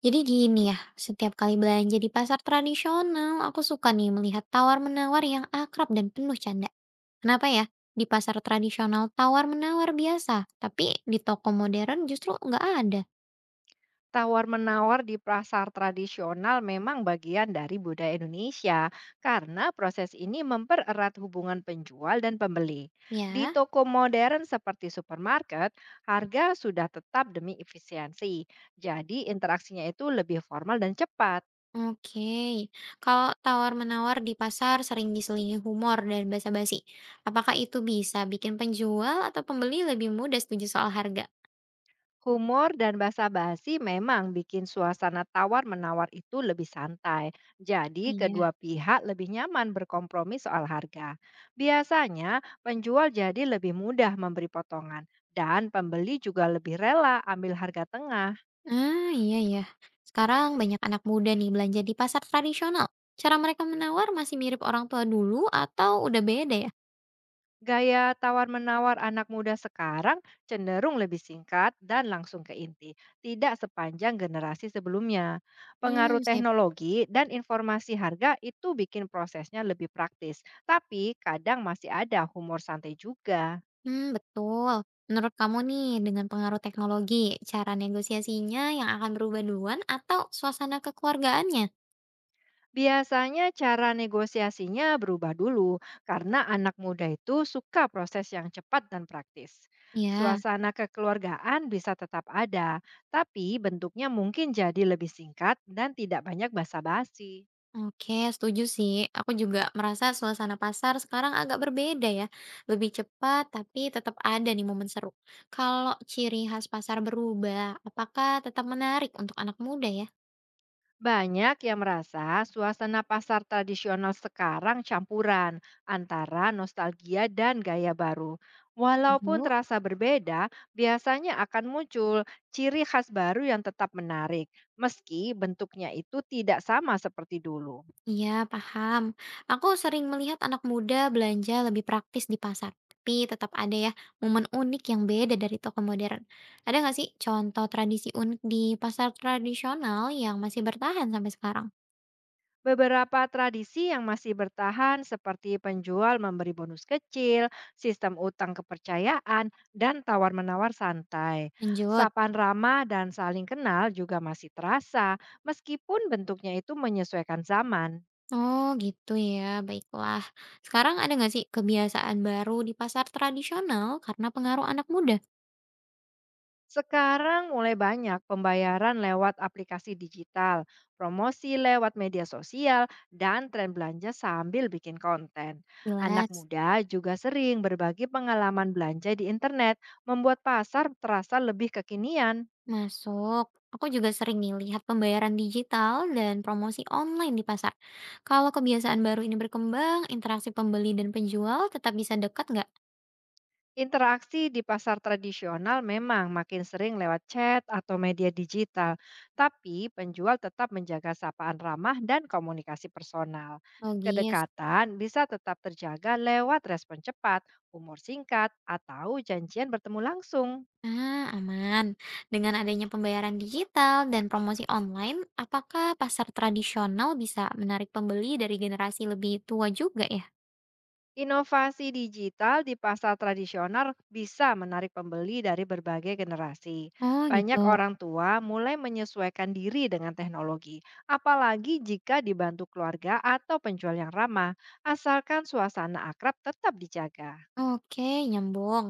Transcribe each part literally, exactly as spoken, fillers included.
Jadi gini ya, setiap kali belanja di pasar tradisional, aku suka nih melihat tawar-menawar yang akrab dan penuh canda. Kenapa ya? Di pasar tradisional tawar-menawar biasa, tapi di toko modern justru nggak ada. Tawar-menawar di pasar tradisional memang bagian dari budaya Indonesia karena proses ini mempererat hubungan penjual dan pembeli. Di Ya, toko modern seperti supermarket, harga sudah tetap demi efisiensi. Jadi interaksinya itu lebih formal dan cepat. oke. Kalau tawar-menawar di pasar sering diselingi humor dan basa-basi, apakah itu bisa bikin penjual atau pembeli lebih mudah setuju soal harga? Humor dan basa-basi memang bikin suasana tawar-menawar itu lebih santai. Jadi, Iya. kedua pihak lebih nyaman berkompromi soal harga. Biasanya, penjual jadi lebih mudah memberi potongan dan pembeli juga lebih rela ambil harga tengah. Ah, iya ya. Sekarang banyak anak muda nih belanja di pasar tradisional. Cara mereka menawar masih mirip orang tua dulu atau udah beda ya? Gaya tawar-menawar anak muda sekarang cenderung lebih singkat dan langsung ke inti, tidak sepanjang generasi sebelumnya. Pengaruh Hmm, saya, teknologi dan informasi harga itu bikin prosesnya lebih praktis, tapi kadang masih ada humor santai juga. hmm, betul. Menurut kamu nih, dengan pengaruh teknologi, cara negosiasinya yang akan berubah duluan atau suasana kekeluargaannya? Biasanya cara negosiasinya berubah dulu karena anak muda itu suka proses yang cepat dan praktis. Ya. Suasana kekeluargaan bisa tetap ada, tapi bentuknya mungkin jadi lebih singkat dan tidak banyak basa-basi. Oke, setuju sih. Aku juga merasa suasana pasar sekarang agak berbeda ya. Lebih cepat, tapi tetap ada nih momen seru. Kalau ciri khas pasar berubah, apakah tetap menarik untuk anak muda ya? Banyak yang merasa suasana pasar tradisional sekarang campuran antara nostalgia dan gaya baru. Walaupun Setuju? terasa berbeda, biasanya akan muncul ciri khas baru yang tetap menarik, meski bentuknya itu tidak sama seperti dulu. Iya, paham. Aku sering melihat anak muda belanja lebih praktis di pasar. Tapi tetap ada ya momen unik yang beda dari toko modern. Ada nggak sih contoh tradisi unik di pasar tradisional yang masih bertahan sampai sekarang? Beberapa tradisi yang masih bertahan seperti penjual memberi bonus kecil, sistem utang kepercayaan, dan tawar-menawar santai. Lanjut. Sapaan ramah dan saling kenal juga masih terasa, meskipun bentuknya itu menyesuaikan zaman. Oh gitu ya, baiklah. Sekarang ada nggak sih kebiasaan baru di pasar tradisional karena pengaruh anak muda? Sekarang mulai banyak pembayaran lewat aplikasi digital, promosi lewat media sosial, dan tren belanja sambil bikin konten. Anak Jelas. muda juga sering berbagi pengalaman belanja di internet, membuat pasar terasa lebih kekinian. Masuk. Aku juga sering nih lihat pembayaran digital dan promosi online di pasar. Kalau kebiasaan baru ini berkembang, interaksi pembeli dan penjual tetap bisa dekat nggak? Interaksi di pasar tradisional memang makin sering lewat chat atau media digital, tapi penjual tetap menjaga sapaan ramah dan komunikasi personal. Logis. Kedekatan bisa tetap terjaga lewat respon cepat, umur singkat, atau janjian bertemu langsung. Ah, aman. Dengan adanya pembayaran digital dan promosi online, apakah pasar tradisional bisa menarik pembeli dari generasi lebih tua juga ya? Inovasi digital di pasar tradisional bisa menarik pembeli dari berbagai generasi. Oh Banyak gitu. orang tua mulai menyesuaikan diri dengan teknologi, apalagi jika dibantu keluarga atau penjual yang ramah, asalkan suasana akrab tetap dijaga. Oke, nyambung.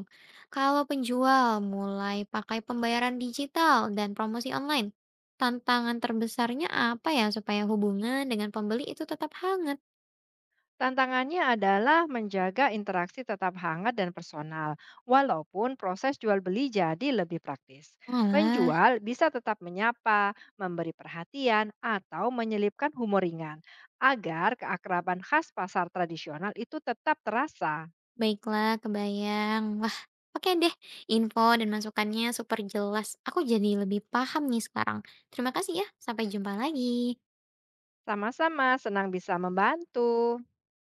Kalau penjual mulai pakai pembayaran digital dan promosi online, tantangan terbesarnya apa ya supaya hubungan dengan pembeli itu tetap hangat? Tantangannya adalah menjaga interaksi tetap hangat dan personal, walaupun proses jual beli jadi lebih praktis. Malah, Penjual bisa tetap menyapa, memberi perhatian, atau menyelipkan humor ringan agar keakraban khas pasar tradisional itu tetap terasa. baiklah, kebayang. Wah, oke deh. Info dan masukannya super jelas. Aku jadi lebih paham nih sekarang. Terima kasih ya. Sampai jumpa lagi. Sama-sama senang bisa membantu.